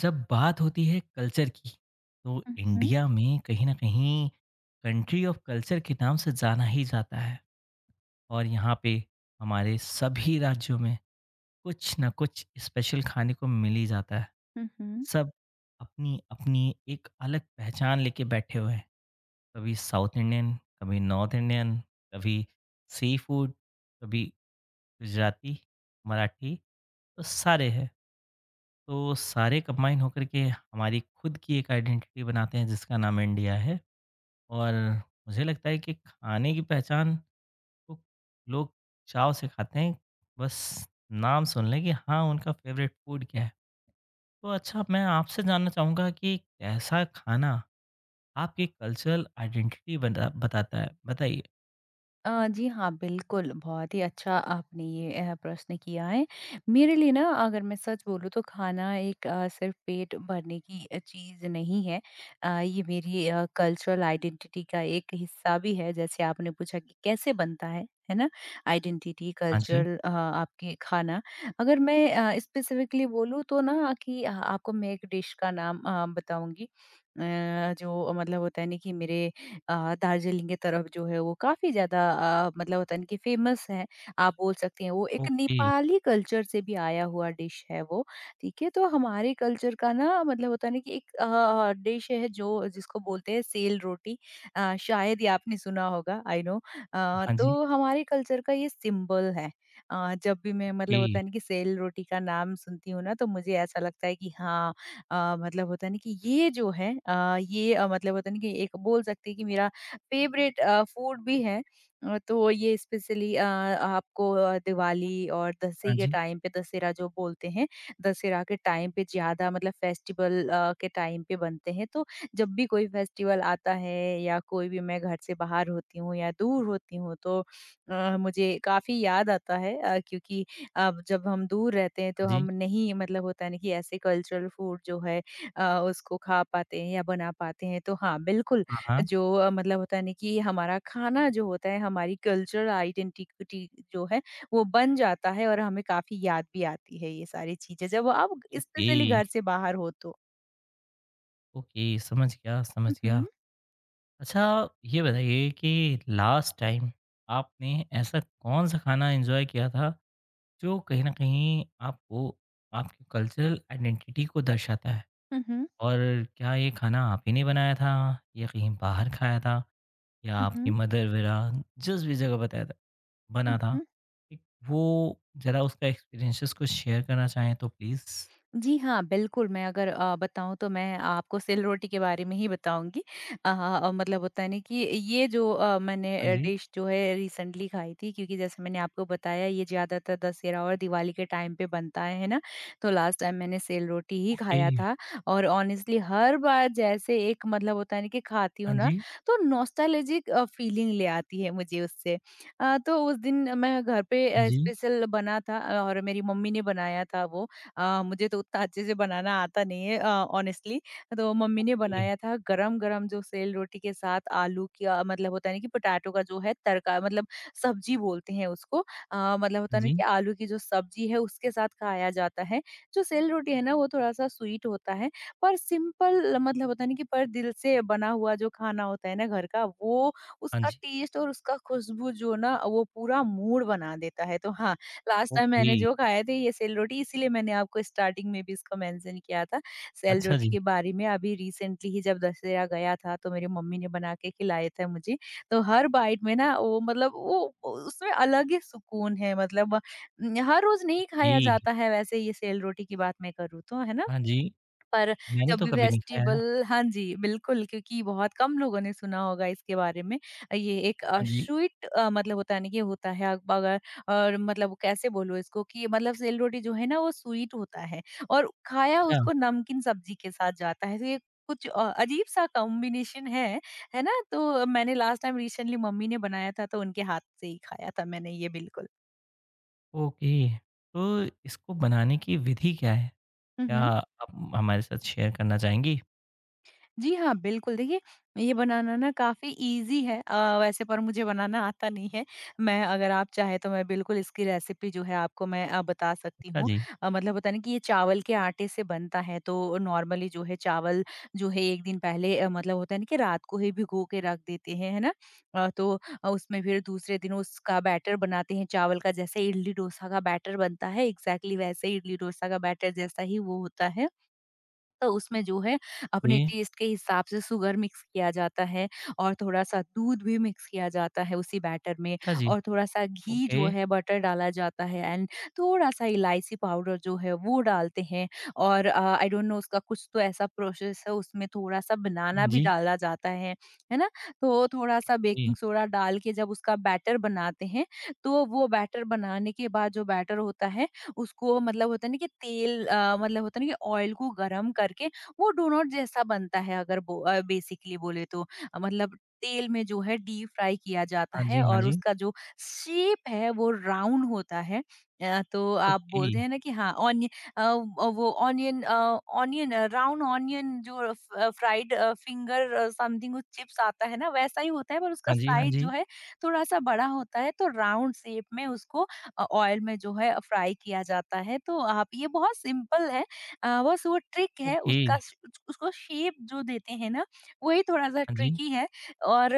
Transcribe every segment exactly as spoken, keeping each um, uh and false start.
जब बात होती है कल्चर की, तो मम्, इंडिया में कहीं ना कहीं कंट्री ऑफ कल्चर के नाम से जाना ही जाता है। और यहाँ पे हमारे सभी राज्यों में कुछ ना कुछ स्पेशल खाने को मिल ही जाता है। मम्, सब अपनी अपनी एक अलग पहचान लेके बैठे हुए हैं। कभी साउथ इंडियन, कभी नॉर्थ इंडियन, कभी सी फूड, कभी गुजराती, मराठी, तो सारे हैं। तो सारे कंबाइन होकर के हमारी खुद की एक आइडेंटिटी बनाते हैं जिसका नाम इंडिया है। और मुझे लगता है कि खाने की पहचान को लोग चाव से खाते हैं। बस नाम सुन लें कि हाँ उनका फेवरेट फूड क्या है। तो अच्छा, मैं आपसे जानना चाहूँगा कि कैसा खाना आपकी कल्चरल आइडेंटिटी बता बताता है, बताइए। अ, जी हाँ बिल्कुल बहुत ही अच्छा आपने ये अ, प्रश्न किया है। मेरे लिए ना अगर मैं सच बोलूँ तो खाना एक अ, सिर्फ पेट भरने की अ, चीज़ नहीं है। अ, ये मेरी कल्चरल आइडेंटिटी का एक हिस्सा भी है, जैसे आपने पूछा कि कैसे बनता है है ना? आइडेंटिटी हाँ जी। कल्चरल आपके खाना। अगर मैं स्पेसिफिकली बोलूँ तो ना कि अ, आपको मैं एक डिश का नाम अ, बताऊंगी अ, जो मतलब होता है ना कि मेरे अ, दार्जिलिंग की तरफ जो है वो काफ़ी ज़्यादा अ, मतलब होता है ना कि फेमस है। आप बोल सकते हैं वो एक ओके। नेपाली कल्चर से भी आया हुआ डिश है वो, ठीक है? तो हमारे कल्चर का ना मतलब होता है ना कि एक अ, डिश है जो जिसको बोलते हैं सेल रोटी। अ, शायद ये आपने सुना होगा, आई नो। अ, हाँ तो जी। हमारे कल्चर का ये सिंबल है। अ, जब भी मैं ओके। मतलब होता है ना कि सेल रोटी का नाम सुनती हूँ ना तो मुझे ऐसा लगता है कि हाँ अ, मतलब होता है ना कि ये जो है अ, ये अ, मतलब होता है ना कि एक बोल सकते हैं कि मेरा फेवरेट अ, फूड भी है। अ, तो ये स्पेशली अ, आपको अ, दिवाली और हाँ दशहरे के जी। टाइम पे दशहरा जो बोलते हैं, दशहरा के टाइम पे ज़्यादा मतलब फेस्टिवल अ, के टाइम पे बनते हैं। तो जब भी कोई फेस्टिवल आता है या कोई भी मैं घर से बाहर होती हूँ या दूर होती हूँ तो अ, मुझे काफ़ी याद आता है अ, क्योंकि अब जब हम दूर रहते हैं तो हाँ जी। हम नहीं मतलब होता है ना कि ऐसे कल्चरल फूड जो है अ, उसको खा पाते हैं या बना पाते हैं। तो हाँ, बिल्कुल हाँ हाँ। जो अ, मतलब होता है ना कि हमारा खाना जो होता है हमारी कल्चरल आइडेंटिटी जो है वो बन जाता है और हमें काफ़ी याद भी आती है ये सारी चीज़ें जब आप ओके। स्पेशली घर से बाहर हो तो। ओके, समझ गया समझ हुँ, गया हुँ। अच्छा, ये बताइए कि लास्ट टाइम आपने ऐसा कौन सा खाना एंजॉय किया था जो कहीं ना कहीं आपको आपकी कल्चरल आइडेंटिटी को दर्शाता है। हुँ, हुँ। और क्या ये खाना आप ही ने बनाया था, या कहीं बाहर खाया था, या हुँ, आपकी हुँ। मदर वगैरह जिस भी जगह बताया था हुँ, बना था। हुँ। एक वो ज़रा उसका एक्सपीरियंसेस कुछ शेयर करना चाहें तो प्लीज़। जी हाँ, बिल्कुल, मैं अगर अ, बताऊँ तो मैं आपको सिलरोटी के बारे में ही बताऊँगी। अ, अ, मतलब होता है ना कि ये जो अ, मैंने हाँ अ, जी। डिश जो है रिसेंटली खाई थी, क्योंकि जैसे मैंने आपको बताया ये ज़्यादातर दशहरा और दिवाली के टाइम पे बनता है, है ना? तो लास्ट टाइम मैंने सिलरोटी ही ओके। खाया था और ऑनेस्टली हर बार जैसे एक मतलब होता है ना कि खाती हूँ हाँ ना, जी। तो नॉस्टैल्जिक अ, फीलिंग ले आती है मुझे उससे। अ, तो उस दिन मैं घर पे हाँ अ, जी। स्पेशल बना था अ, और मेरी मम्मी ने बनाया था वो। अ, मुझे तो उतना अच्छे से बनाना आता नहीं है अ, ऑनेस्टली। तो मम्मी ने ए, बनाया था गरम-गरम, जो सेल रोटी के साथ आलू का मतलब होता है ना कि पोटैटो का जो है तड़का, मतलब सब्जी बोलते हैं उसको। अ, मतलब हाँ होता है ना जी। कि आलू की जो सब्जी है उसके साथ खाया जाता है। जो सेल रोटी है ना वो थोड़ा-सा स्वीट होता है, पर सिंपल मतलब होता है ना कि पर दिल से बना हुआ जो खाना होता है ना घर का, वो हाँ उसका जी। टेस्ट और उसका खुशबू जो ना वो पूरा मूड बना देता है। तो हाँ, लास्ट टाइम ओके। मैंने जो खाए थे ये सेल रोटी, इसीलिए मैंने आपको स्टार्टिंग में भी इसको मेंशन किया था। सेल अच्छा रोटी जी। के बारे में अभी रिसेंटली ही जब दशहरा गया था तो मेरी मम्मी ने बना के खिलाया था मुझे। तो हर बाइट में ना वो मतलब वो उसमें अलग ही सुकून है, मतलब उम, हर रोज़ नहीं ए। खाया जाता है वैसे ये, सेल रोटी की बात मैं करूँ तो, है ना? हाँ जी, पर मैंने जब तो भी कभी नहीं खाया। फेस्टिवल, हाँ जी, बिल्कुल, क्योंकि बहुत कम लोगों ने सुना होगा इसके बारे में। ये एक हाँ अ, जी। स्वीट अ, मतलब होता है ना, ये होता है अब अगर और मतलब कैसे बोलूँ इसको कि मतलब सेल रोटी जो है ना वो स्वीट होता है और खाया अच्छा। उसको नमकीन सब्जी के साथ जाता है। तो ये कुछ अ, अजीब-सा कॉम्बिनेशन है, है ना? तो मैंने लास्ट टाइम रिसेंटली मम्मी ने बनाया था तो उनके हाथ से ही खाया था मैंने, ये बिल्कुल। ओके। तो इसको बनाने की विधि क्या है? हुँ, क्या हुँ। आप हमारे साथ शेयर करना चाहेंगी? जी हाँ, बिल्कुल। देखिए, ये बनाना ना काफ़ी ईज़ी है अ, वैसे, पर मुझे बनाना आता नहीं है। मैं, अगर आप चाहें तो मैं बिल्कुल इसकी रेसिपी जो है आपको मैं अ, बता सकती अच्छा हूँ। जी। अ, मतलब होता है ना कि ये चावल के आटे से बनता है तो नॉर्मली जो है चावल जो है एक दिन पहले अ, मतलब होता है ना कि रात को ही भिगो के रख देते हैं, है ना? अ, तो अ, उसमें फिर दूसरे दिन उसका बैटर बनाते हैं चावल का, जैसे इडली डोसा का बैटर बनता है, एग्ज़ैक्टली वैसे ही इडली डोसा का बैटर जैसा ही वो होता है। तो उसमें जो है अपने ओके। टेस्ट के हिसाब से शुगर मिक्स किया जाता है और थोड़ा-सा दूध भी मिक्स किया जाता है उसी बैटर में, अच्छा जी। और थोड़ा-सा घी ओके। जो है बटर डाला जाता है, एंड थोड़ा-सा इलायची पाउडर जो है वो डालते हैं। और अ, आई डोंट नो, उसका कुछ तो ऐसा प्रोसेस है, उसमें थोड़ा-सा बनाना हाँ भी जी। डाला जाता है, है ना? तो थोड़ा-सा ओके। बेकिंग सोडा डाल के जब उसका बैटर बनाते हैं, तो वो बैटर बनाने के बाद जो बैटर होता है उसको मतलब होता है ना कि तेल अ, मतलब होता है ना कि ऑयल को गर्म करके वो डोनट जैसा बनता है, अगर बो, बेसिकली बोले तो अ, मतलब तेल में जो है डीप फ्राई किया जाता हाँ जी, है हाँ और जी। उसका जो शेप है वो राउंड होता है। अ, तो आप ओके। बोलते हैं ना कि हाँ ऑनियन, अ, अ, वो ऑनियन, ऑनियन राउंड ऑनियन जो फ्राइड फिंगर समथिंग चिप्स आता है ना वैसा ही होता है, पर उसका हाँ जी, हाँ साइज जी। जो है थोड़ा सा बड़ा होता है। तो राउंड शेप में उसको अ, ऑयल में जो है फ्राई किया जाता है। तो आप, ये बहुत सिंपल है। अ, बस वो ट्रिक है, ओके। उसका श उसको शेप जो देते हैं ना, वही थोड़ा-सा हाँ जी, ट्रिकी है। और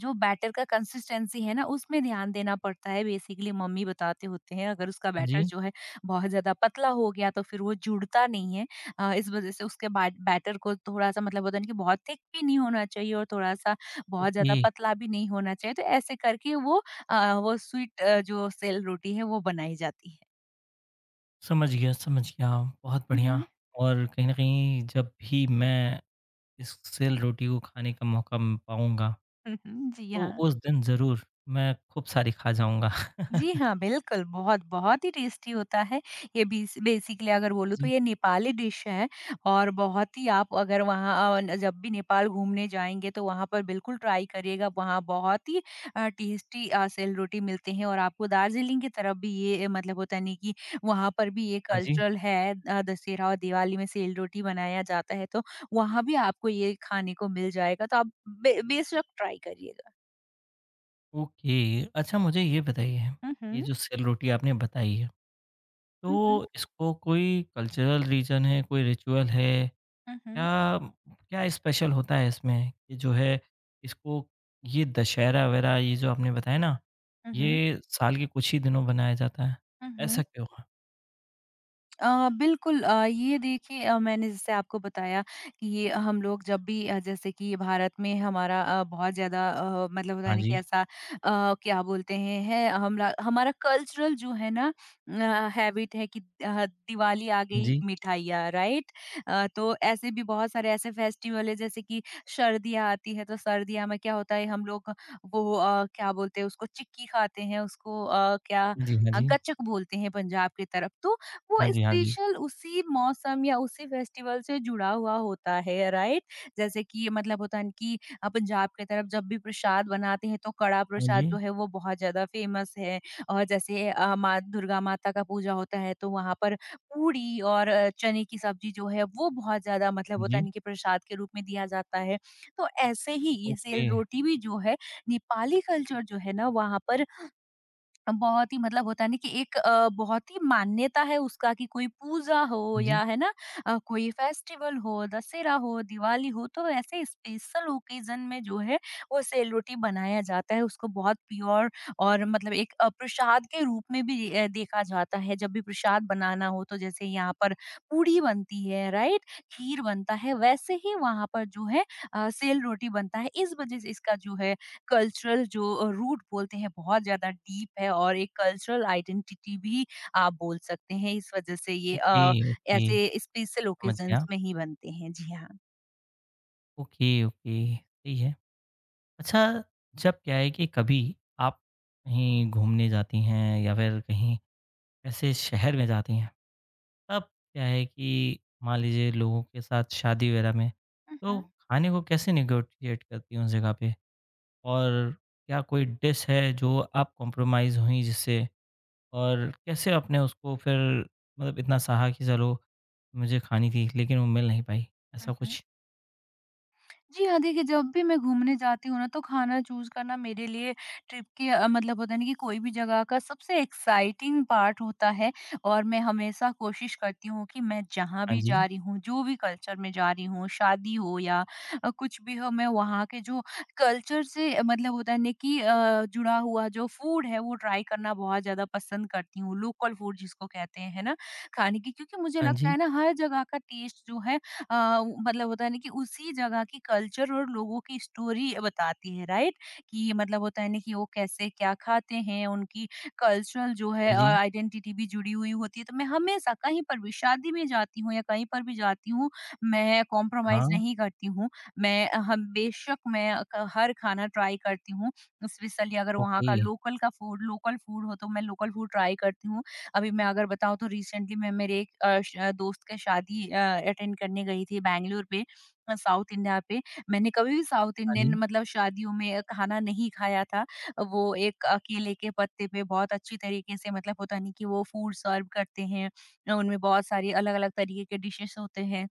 जो बैटर का कंसिस्टेंसी है ना, उसमें ध्यान देना पड़ता है, बेसिकली मम्मी बताते होते हैं, अगर उसका हाँ बैटर जी। जो है बहुत ज़्यादा पतला हो गया तो फिर वो जुड़ता नहीं है। अ, इस वज़ह से उसके बाट बैटर को थोड़ा-सा मतलब होता है ना कि बहुत थिक भी नहीं होना चाहिए और थोड़ा-सा बहुत ओके। ज़्यादा पतला भी नहीं होना चाहिए, तो ऐसे करके वो अ, वो स्वीट अ, जो सेल रोटी है वो बनाई जाती है। समझ गया, समझ गया, बहुत हुँ, बढ़िया। हुँ। और कहीं न कहीं जब भी मैं इस सेल रोटी को खाने का मौका म पाऊँगा, हुँ, हुँ। जी, तो हाँ। उस दिन ज़रूर मैं खूब सारी खा जाऊँगा। जी हाँ, बिल्कुल, बहुत, बहुत ही टेस्टी होता है। ये बीस बेसिकली अगर बोलूँ तो ये नेपाली डिश है, और बहुत ही आप अगर वहाँ अ, न- जब भी नेपाल घूमने जाएँगे तो वहाँ पर बिल्कुल ट्राई करिएगा। वहाँ बहुत ही अ, टेस्टी अ, सेलरोटी मिलते हैं, और आपको दार्जिलिंग की तरफ भी ये अ, मतलब होता है नहीं कि वहाँ पर भी ये हाँ जी। कल्चरल है, अ, दशहरा और दिवाली में सेलरोटी बनाया जाता है, तो वहाँ भी आपको ये खाने को मिल जाएगा, तो आप बे बेशक ट्राई करिएगा। ओके, अच्छा मुझे ये बताइए, हुँ, ये हुँ। जो सेल रोटी आपने बताई है, हुँ, हुँ। तो इसको कोई कल्चरल रीज़न है, कोई रिचुअल है? हुँ, हुँ। क्या क्या स्पेशल होता है इसमें कि जो है इसको, ये दशहरा वगैरह ये जो आपने बताया ना, हुँ, हुँ। ये साल के कुछ ही दिनों बनाया जाता है, हुँ, हुँ। ऐसा क्यों है? अ, बिल्कुल अ, ये देखिए, अ, मैंने जैसे आपको बताया कि ये हम लोग जब भी अ, जैसे कि भारत में हमारा अ, बहुत ज़्यादा अ, मतलब होता हाँ है ना कि जी, ऐसा अ, क्या बोलते हैं, है हमरा हमारा कल्चरल जो है ना हैबिट है कि अ, दिवाली आ हाँ गई जी, मिठाइयाँ, राइट? अ, तो ऐसे भी बहुत सारे ऐसे फेस्टिवल है, जैसे कि सर्दियाँ आती है तो सर्दियाँ में क्या होता है, हम लोग वो अ, क्या बोलते हैं उसको चिक्की खाते हैं, उसको अ, क्या हाँ जी, हाँ अ, जी, गच्चक बोलते हैं पंजाब की तरफ। तो वो हाँ जी, हाँ जी, स्पेशल उसी मौसम या उसी फेस्टिवल से जुड़ा हुआ होता है, राइट? जैसे कि मतलब होता है ना कि अ, पंजाब की तरफ जब भी प्रसाद बनाते हैं तो कड़ा हाँ प्रसाद जी, जो है वो बहुत ज्यादा फेमस है। और जैसे अ, माँ दुर्गा माता का पूजा होता है तो वहां पर पूरी और अ, चने की सब्जी जो है वो बहुत ज्यादा मतलब हाँ होता है जी। ना कि प्रसाद के रूप में दिया जाता है। तो ऐसे ही ये ओके, सेल रोटी भी जो है नेपाली कल्चर जो है ना वहाँ पर बहुत ही मतलब होता है ना कि एक अ, बहुत ही मान्यता है उसका कि कोई पूजा हो हाँ जी। या है ना अ, कोई फेस्टिवल हो, दशहरा हो, दिवाली हो तो ऐसे स्पेशल ओकेजन में जो है वो सेलोटी बनाया जाता है। उसको बहुत प्योर और मतलब एक अ, प्रसाद के रूप में भी अ, देखा जाता है। जब भी प्रसाद बनाना हो तो जैसे यहाँ पर पूड़ी बनती है, राइट? खीर बनता है वैसे ही वहाँ पर जो है अ, सेलरोटी बनता है। इस वज़ह से इसका जो है कल्चरल जो अ, रूट बोलते हैं बहुत ज़्यादा डीप है और एक कल्चरल आइडेंटिटी भी आप बोल सकते हैं। इस वज़ह से ये ओके, अ, ओके, ऐसे स्पेशल समझ ओकेज़न्स गया। में ही बनते हैं। जी हाँ। ओके, ओके, सही है। अच्छा, जब क्या है कि कभी आप कहीं घूमने जाती हैं या फिर कहीं ऐसे शहर में जाती हैं, तब क्या है कि मान लीजिए लोगों के साथ शादी वगैरह में, हुँ, तो हुँ। खाने को कैसे नेगोशिएट करती हैं उस जगह पे? और क्या कोई डिश है जो आप कॉम्प्रोमाइज़ हुई जिससे? और कैसे आपने उसको फिर, मतलब इतना सहा कि चलो मुझे खानी थी लेकिन वो मिल नहीं पाई, हुँ, ऐसा हुँ। कुछ? जी हाँ, देखिए जब भी मैं घूमने जाती हूँ ना तो खाना चूज़ करना मेरे लिए ट्रिप के अ, मतलब होता है ना कि कोई भी जगह का सबसे एक्साइटिंग पार्ट होता है। और मैं हमेशा कोशिश करती हूँ कि मैं जहाँ हाँ भी जी, जा रही हूँ, जो भी कल्चर में जा रही हूँ, शादी हो या अ, कुछ भी हो मैं वहाँ के जो कल्चर से अ, मतलब होता है ना कि अ, जुड़ा हुआ जो फूड है वो ट्राई करना बहुत ज़्यादा पसंद करती हूँ। लोकल फूड जिसको कहते हैं, है ना? खाने की, क्योंकि मुझे हाँ लगता जी, है ना हर जगह का टेस्ट जो है अ, मतलब होता है ना कि उसी जगह की कल्चर और लोगों की स्टोरी बताती है, राइट? कि मतलब होता है ना कि वो कैसे क्या खाते हैं, उनकी कल्चरल जो हाँ है और जी, आइडेंटिटी भी जुड़ी हुई होती है। तो मैं हमेशा कहीं पर भी शादी में जाती हूँ या कहीं पर भी जाती हूँ, मैं कॉम्प्रोमाइज हाँ। नहीं करती हूँ। मैं अ, हम बेशक मैं क- हर खाना ट्राई करती हूँ। स्पेशली अगर वहाँ ओके। का लोकल का फूड लोकल फूड हो तो मैं लोकल फूड ट्राई करती हूँ। अभी मैं अगर बताऊँ तो रिसेंटली मैं मेरे एक अ, श अ, दोस्त का शादी अ, अटेंड करने गई थी बैंगलोर पे, अ, साउथ इंडिया पे। मैंने कभी भी साउथ हाँ जी, इंडियन मतलब शादियों में अ, खाना नहीं खाया था। वो एक अ, केले के पत्ते पे बहुत अच्छी तरीके से मतलब होता नहीं कि वो फूड सर्व करते हैं। अ, उनमें बहुत सारी अलग-अलग तरीके के डिशेज़ होते हैं।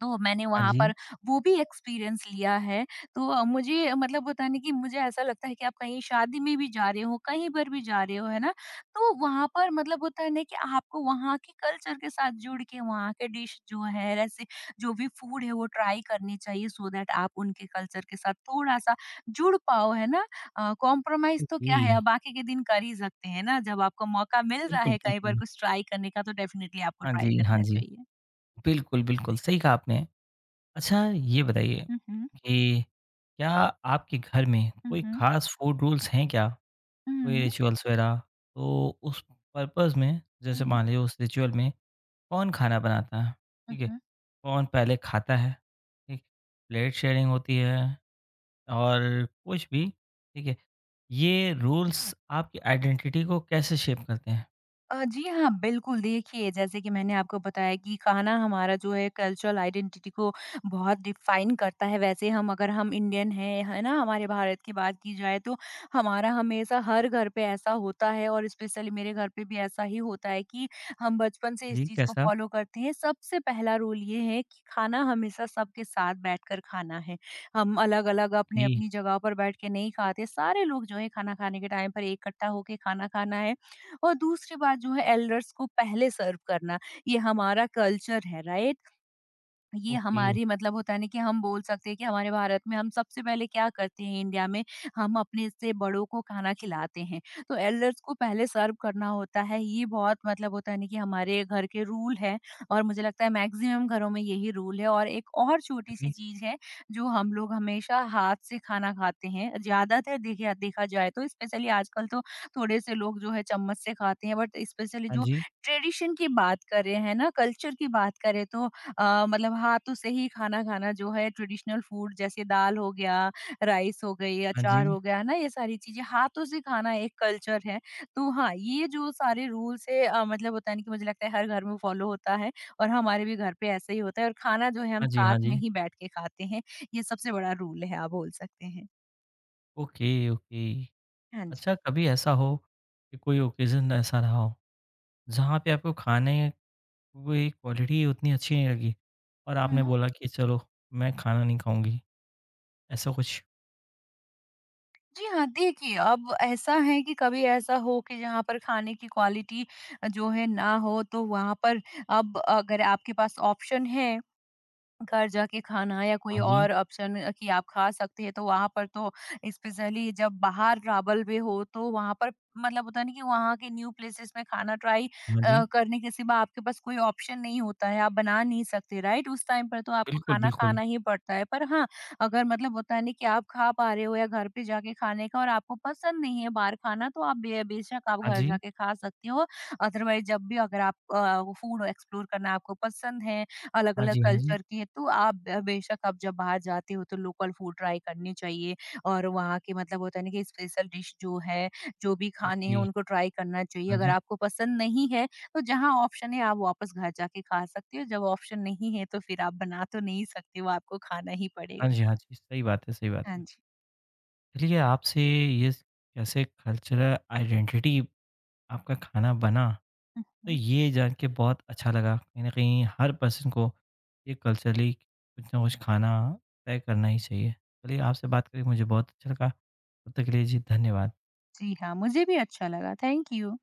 तो मैंने हाँ वहाँ जी। पर वो भी एक्सपीरियंस लिया है। तो अ, मुझे मतलब होता है ना कि मुझे ऐसा लगता है कि आप कहीं शादी में भी जा रहे हो, कहीं पर भी जा रहे हो, है ना? तो वहाँ पर मतलब होता है ना कि आपको वहाँ के कल्चर के साथ जुड़ के वहाँ के डिश जो है, रेसि जो भी फूड है वो ट्राई करनी चाहिए, सो दैट आप उनके कल्चर के साथ थोड़ा-सा जुड़ पाओ, है ना? अ, कॉम्प्रोमाइज़ तो ओके, क्या है, आप बाकी के दिन कर ही सकते हैं ना, जब आपको मौका मिल रहा बिल्कुल, है कहीं पर बिल्कुल। कुछ ट्राई करने का तो डेफिनिटली आपको हाँ ट्राई जी, हाँ करना जी। चाहिए। बिल्कुल, बिल्कुल, सही कहा आपने। अच्छा ये बताइए हुँ, हुँ। कि क्या आपके घर में हुँ, कोई हुँ। ख़ास फूड रूल्स हैं क्या? कोई Mhm, रिचुअल्स वग़ैरह? तो उस पर्पज़ में, जैसे mhm, मान लीजिए उस रिचुअल में, कौन खाना बनाता है? ठीक है? mhm. कौन पहले खाता है? ठीक? प्लेट शेयरिंग होती है और कुछ भी, ठीक है? ये रूल्स आपकी आइडेंटिटी को कैसे शेप करते हैं? अ, जी हाँ, बिल्कुल। देखिए, जैसे कि मैंने आपको बताया कि खाना हमारा जो है कल्चरल आइडेंटिटी को बहुत डिफ़ाइन करता है। वैसे हम अगर हम इंडियन हैं, है ना? हमारे भारत की बात की जाए तो हमारा हमेशा हर घर पे ऐसा होता है, और स्पेशली मेरे घर पे भी ऐसा ही होता है कि हम बचपन से इस जी, चीज़ को कैसा? फ़ॉलो करते हैं। सबसे पहला रूल ये है कि खाना हमेशा सबके साथ बैठकर खाना है। हम अलग-अलग ओके, अपनी-अपनी जगह पर बैठ के नहीं खाते। सारे लोग जो है खाना खाने के टाइम पर इकट्ठा होके खाना खाना है। और दूसरी बात जो है, एल्डर्स को पहले सर्व करना, ये हमारा कल्चर है, राइट? ये ओके। हमारी मतलब होता है ना कि हम बोल सकते हैं कि हमारे भारत में हम सबसे पहले क्या करते हैं, इंडिया में, हम अपने से बड़ों को खाना खिलाते हैं। तो एल्डर्स को पहले सर्व करना होता है, ये बहुत मतलब होता है ना कि हमारे घर के रूल हैं, और मुझे लगता है मैक्सिमम घरों में यही रूल है। और एक और हाँ छोटी-सी जी। चीज़ है, जो हम लोग हमेशा हाथ से खाना खाते हैं। ज़्यादातर देखिए देखा जाए तो स्पेशली आजकल तो थोड़े से लोग जो है चम्मच से खाते हैं, बट स्पेशली हाँ जो जी, ट्रेडिशन की बात करें, है ना, कल्चर की बात करें तो अ, मतलब हाथों से ही खाना खाना जो है ट्रेडिशनल फूड, जैसे दाल हो गया, राइस हो गई, हाँ जी, अचार जी। हो गया, है ना? ये सारी चीज़ें हाथों से खाना एक कल्चर है। तो हाँ, ये जो सारे रूल्स है अ, मतलब होता है ना कि मुझे लगता है हर घर में फॉलो होता है और हमारे भी घर पे ऐसे ही होता है और खाना जो है हम हाँ जी, साथ हाँ में जी। ही बैठ के खाते हैं। ये सबसे बड़ा रूल है आप बोल सकते हैं। Okay, okay. हाँ जी। अच्छा कभी ऐसा हो कि कोई ओकेज़न ऐसा रहा हो, जहाँ पे आपको खाने की क्वालिटी उतनी अच्छी नहीं लगी और आपने हुँ। बोला कि चलो मैं खाना नहीं खाऊँगी, ऐसा कुछ? जी हाँ, देखिए अब ऐसा है कि कभी ऐसा हो कि जहाँ पर खाने की क्वालिटी जो है ना हो तो वहाँ पर, अब अगर आपके पास ऑप्शन है घर जाके खाना या कोई हाँ जी, और ऑप्शन अ, कि आप खा सकते हैं, तो वहाँ पर तो, स्पेशली जब बाहर ट्रैवल भी हो, तो वहाँ पर मतलब होता है ना कि वहाँ के न्यू प्लेसेस में खाना ट्राई हाँ जी। अ, करने के सिवा आपके पास कोई ऑप्शन नहीं होता है, आप बना नहीं सकते, राइट? उस टाइम पर तो आपको बिल्कुल, खाना बिल्कुल। खाना ही पड़ता है। पर हाँ, अगर मतलब होता है ना कि आप खा पा रहे हो या घर पे जाके खाने का और आपको पसंद नहीं है बाहर खाना, तो आप बे बेशक आप हाँ घर जी, जाके खा सकते हो। अदरवाइज़ जब भी अगर आप अ, फूड एक्सप्लोर करना आपको पसंद है, हाँ अलग-अलग जी, हाँ जी। कल्चर की है, तो आप ब बेशक आप जब बाहर जाते हो तो लोकल फूड ट्राई करनी चाहिए और वहाँ के मतलब होता है ना कि स्पेशल डिश जो है, जो भी खाने हैं ओके, उनको ट्राई करना चाहिए। हाँ अगर जी, आपको पसंद नहीं है, तो जहाँ ऑप्शन है आप वापस घर जाके खा सकते हो, जब ऑप्शन नहीं है तो फिर आप बना तो नहीं सकते हो, आपको खाना ही हाँ पड़ेगा। जी, हाँ जी। सही बात है, सही बात हाँ है। जी। चलिए, आपसे ये कैसे कल्चरल आइडेंटिटी आपका खाना बना, हुँ, तो हुँ। ये जान के बहुत अच्छा लगा। कहीं न कहीं हर पर्सन को ये कल्चरली कुछ ना कुछ खाना तय करना ही चाहिए। चलिए, आपसे बात करके मुझे बहुत अच्छा लगा। तब तक के लिए जी धन्यवाद। जी हाँ, मुझे भी अच्छा लगा। Thank you.